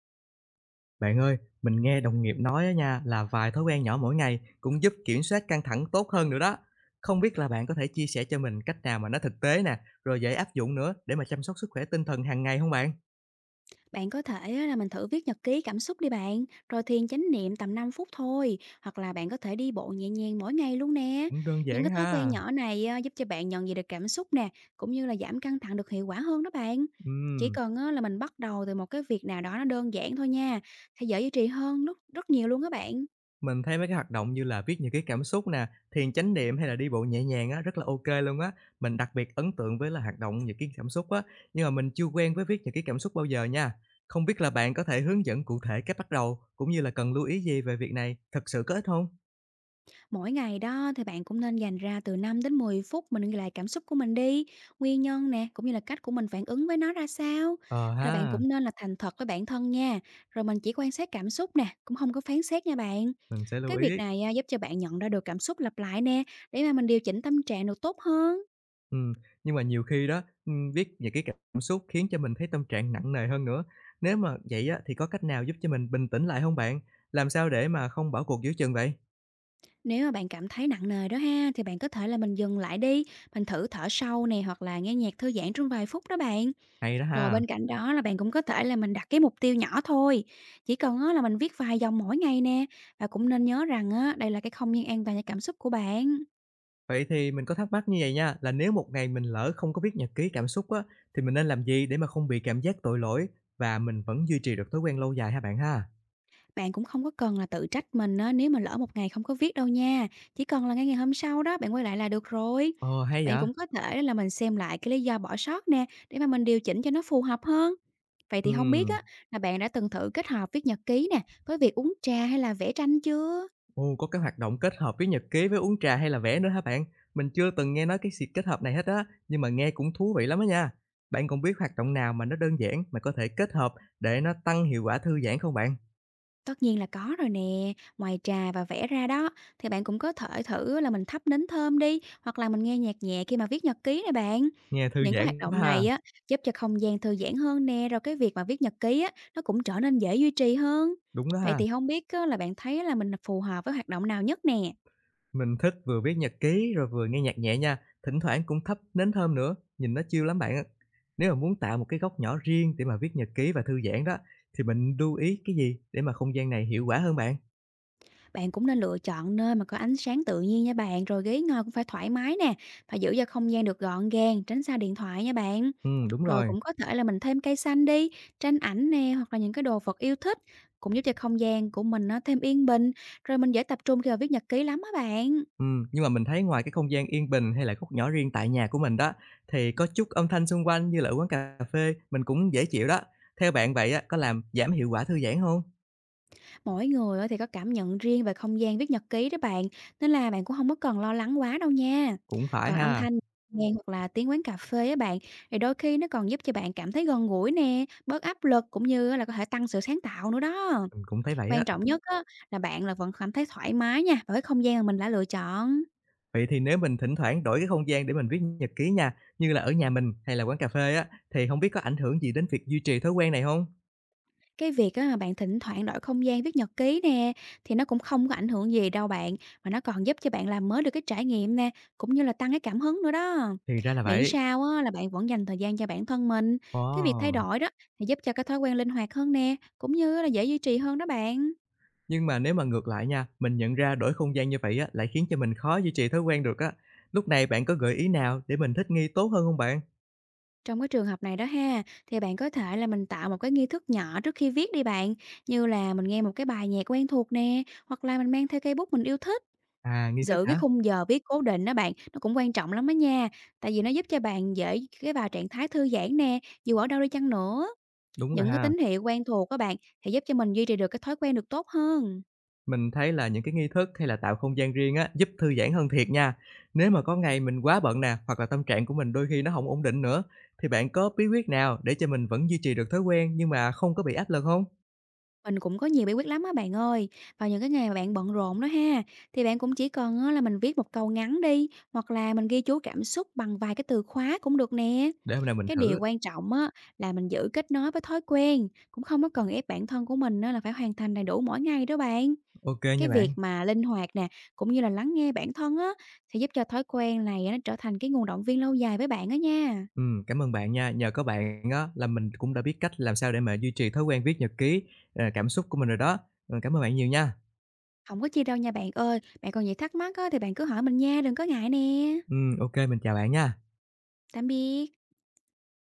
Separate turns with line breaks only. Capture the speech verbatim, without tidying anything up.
Bạn ơi, mình nghe đồng nghiệp nói á nha là vài thói quen nhỏ mỗi ngày cũng giúp kiểm soát căng thẳng tốt hơn nữa đó. Không biết là bạn có thể chia sẻ cho mình cách nào mà nó thực tế nè, rồi dễ áp dụng nữa để mà chăm sóc sức khỏe tinh thần hàng ngày không bạn?
Bạn có thể á, là mình thử viết nhật ký cảm xúc đi bạn, rồi thiền chánh niệm tầm năm phút thôi, hoặc là bạn có thể đi bộ nhẹ nhàng mỗi ngày luôn nè.
Cũng đơn
Những
giản
cái thói quen
ha.
nhỏ này á, giúp cho bạn nhận diện được cảm xúc nè, cũng như là giảm căng thẳng được hiệu quả hơn đó bạn. Chỉ
Ừm.
cần á, là mình bắt đầu từ một cái việc nào đó nó đơn giản thôi nha, sẽ dễ duy trì hơn rất, rất nhiều luôn các bạn.
Mình thấy mấy cái hoạt động như là viết nhật ký cảm xúc nè, thiền chánh niệm hay là đi bộ nhẹ nhàng á, rất là ô kê luôn á. Mình đặc biệt ấn tượng với là hoạt động nhật ký cảm xúc á, nhưng mà mình chưa quen với viết nhật ký cảm xúc bao giờ nha. Không biết là bạn có thể hướng dẫn cụ thể cách bắt đầu, cũng như là cần lưu ý gì về việc này, thật sự có ích không?
Mỗi ngày đó thì bạn cũng nên dành ra từ năm đến mười phút mình ghi lại cảm xúc của mình đi, nguyên nhân nè, cũng như là cách của mình phản ứng với nó ra sao.
Ờ
Rồi bạn
ha,
cũng nên là thành thật với bản thân nha, rồi mình chỉ quan sát cảm xúc nè, cũng không có phán xét nha bạn.
mình sẽ lưu
Cái việc
ý.
này à, giúp cho bạn nhận ra được cảm xúc lặp lại nè, để mà mình điều chỉnh tâm trạng được tốt hơn.
Ừm, nhưng mà nhiều khi đó, ừm, viết nhật cái cảm xúc khiến cho mình thấy tâm trạng nặng nề hơn nữa. Nếu mà vậy á, thì có cách nào giúp cho mình bình tĩnh lại không bạn? Làm sao để mà không bỏ cuộc giữa chừng vậy?
Nếu mà bạn cảm thấy nặng nề đó ha, thì bạn có thể là mình dừng lại đi, mình thử thở sâu nè, hoặc là nghe nhạc thư giãn trong vài phút đó bạn.
Hay đó
Rồi
ha!
bên cạnh đó là bạn cũng có thể là mình đặt cái mục tiêu nhỏ thôi, chỉ cần á là mình viết vài dòng mỗi ngày nè, và cũng nên nhớ rằng á, đây là cái không gian an toàn cho cảm xúc của bạn.
Vậy thì mình có thắc mắc như vậy nha, là nếu một ngày mình lỡ không có viết nhật ký cảm xúc á, thì mình nên làm gì để mà không bị cảm giác tội lỗi và mình vẫn duy trì được thói quen lâu dài ha bạn ha?
Bạn cũng không có cần là tự trách mình á, nếu mà lỡ một ngày không có viết đâu nha, chỉ cần là ngay ngày hôm sau đó bạn quay lại là được rồi.
Ờ, hay
Bạn
vậy!
cũng có thể là mình xem lại cái lý do bỏ sót nè, để mà mình điều chỉnh cho nó phù hợp hơn. Vậy thì không biết
Ừm,
á, là bạn đã từng thử kết hợp viết nhật ký nè, với việc uống trà hay là vẽ tranh chưa?
ồ, có cái hoạt động kết hợp với nhật ký với uống trà hay là vẽ nữa hả bạn? Mình chưa từng nghe nói cái sự kết hợp này hết á, nhưng mà nghe cũng thú vị lắm á nha. Bạn còn biết hoạt động nào mà nó đơn giản mà có thể kết hợp để nó tăng hiệu quả thư giãn không bạn?
Tất nhiên là có rồi nè, ngoài trà và vẽ ra đó, thì bạn cũng có thể thử là mình thắp nến thơm đi, hoặc là mình nghe nhạc nhẹ khi mà viết nhật ký nè bạn.
Nghe thư
Những cái hoạt
giãn quá
động
ha,
này á, giúp cho không gian thư giãn hơn nè, rồi cái việc mà viết nhật ký á, nó cũng trở nên dễ duy trì hơn.
đúng đó
Vậy
ha.
thì không biết á, là bạn thấy là mình phù hợp với hoạt động nào nhất nè.
Mình thích vừa viết nhật ký rồi vừa nghe nhạc nhẹ nha, thỉnh thoảng cũng thắp nến thơm nữa, nhìn nó chill lắm bạn ạ. Nếu mà muốn tạo một cái góc nhỏ riêng để mà viết nhật ký và thư giãn đó, thì mình lưu ý cái gì để mà không gian này hiệu quả hơn bạn?
Bạn cũng nên lựa chọn nơi mà có ánh sáng tự nhiên nha bạn, rồi ghế ngồi cũng phải thoải mái nè, phải giữ cho không gian được gọn gàng, tránh xa điện thoại nha bạn.
Ừm, đúng
Rồi
rồi.
cũng có thể là mình thêm cây xanh đi, tranh ảnh nè, hoặc là những cái đồ vật yêu thích, cũng giúp cho không gian của mình nó thêm yên bình, rồi mình dễ tập trung khi mà viết nhật ký lắm á bạn.
Ừm, nhưng mà mình thấy ngoài cái không gian yên bình hay là góc nhỏ riêng tại nhà của mình đó, thì có chút âm thanh xung quanh như là ở quán cà phê, mình cũng dễ chịu đó. Theo bạn vậy á, có làm giảm hiệu quả thư giãn không?
Mỗi người á thì có cảm nhận riêng về không gian viết nhật ký đó bạn, nên là bạn cũng không có cần lo lắng quá đâu nha.
Cũng phải
Còn âm
ha,
thanh nghe hoặc là tiếng quán cà phê á bạn, thì đôi khi nó còn giúp cho bạn cảm thấy gần gũi nè, bớt áp lực cũng như là có thể tăng sự sáng tạo nữa đó.
mình cũng thấy vậy á.
Quan trọng nhất á, là bạn là vẫn cảm thấy thoải mái nha, với không gian mà mình đã lựa chọn.
Vậy thì nếu mình thỉnh thoảng đổi cái không gian để mình viết nhật ký nha, như là ở nhà mình hay là quán cà phê á, thì không biết có ảnh hưởng gì đến việc duy trì thói quen này không?
Cái việc á mà bạn thỉnh thoảng đổi không gian viết nhật ký nè, thì nó cũng không có ảnh hưởng gì đâu bạn, mà nó còn giúp cho bạn làm mới được cái trải nghiệm nè, cũng như là tăng cái cảm hứng nữa đó.
Thì ra là
Miễn
vậy.
sao á là bạn vẫn dành thời gian cho bản thân mình, cái việc thay
Ồ!
đổi đó thì giúp cho cái thói quen linh hoạt hơn nè, cũng như là dễ duy trì hơn đó bạn.
Nhưng mà nếu mà ngược lại nha, mình nhận ra đổi không gian như vậy á, lại khiến cho mình khó duy trì thói quen được á. Lúc này bạn có gợi ý nào để mình thích nghi tốt hơn không bạn?
Trong cái trường hợp này đó ha, thì bạn có thể là mình tạo một cái nghi thức nhỏ trước khi viết đi bạn, như là mình nghe một cái bài nhạc quen thuộc nè, hoặc là mình mang theo cây bút mình yêu thích.
À, nghi thức
Giữ cái
hả?
khung giờ viết cố định đó bạn, nó cũng quan trọng lắm á nha, tại vì nó giúp cho bạn dễ cái vào trạng thái thư giãn nè, dù ở đâu đi chăng nữa.
Đúng rồi
Những cái
ha.
tín hiệu quen thuộc các bạn, thì giúp cho mình duy trì được cái thói quen được tốt hơn.
Mình thấy là những cái nghi thức hay là tạo không gian riêng á, giúp thư giãn hơn thiệt nha. Nếu mà có ngày mình quá bận nè, hoặc là tâm trạng của mình đôi khi nó không ổn định nữa, thì bạn có bí quyết nào để cho mình vẫn duy trì được thói quen nhưng mà không có bị áp lực không?
Mình cũng có nhiều bí quyết lắm á bạn ơi. Vào những cái ngày mà bạn bận rộn đó ha, thì bạn cũng chỉ cần á là mình viết một câu ngắn đi, hoặc là mình ghi chú cảm xúc bằng vài cái từ khóa cũng được nè.
Để hôm nào mình
Cái điều
thử.
quan trọng á là mình giữ kết nối với thói quen, cũng không có cần ép bản thân của mình á là phải hoàn thành đầy đủ mỗi ngày đó bạn.
ô kê nha
Cái
bạn.
việc mà linh hoạt nè, cũng như là lắng nghe bản thân á, sẽ giúp cho thói quen này á, nó trở thành cái nguồn động viên lâu dài với bạn á nha.
Ừm, cảm ơn bạn nha, nhờ có bạn á là mình cũng đã biết cách làm sao để mà duy trì thói quen viết nhật ký, ờ, cảm xúc của mình rồi đó. Ờ, cảm ơn bạn nhiều nha.
Không có chi đâu nha bạn ơi, bạn còn gì thắc mắc á, thì bạn cứ hỏi mình nha, đừng có ngại nè.
Ừm, ô kê, mình chào bạn nha.
Tạm biệt.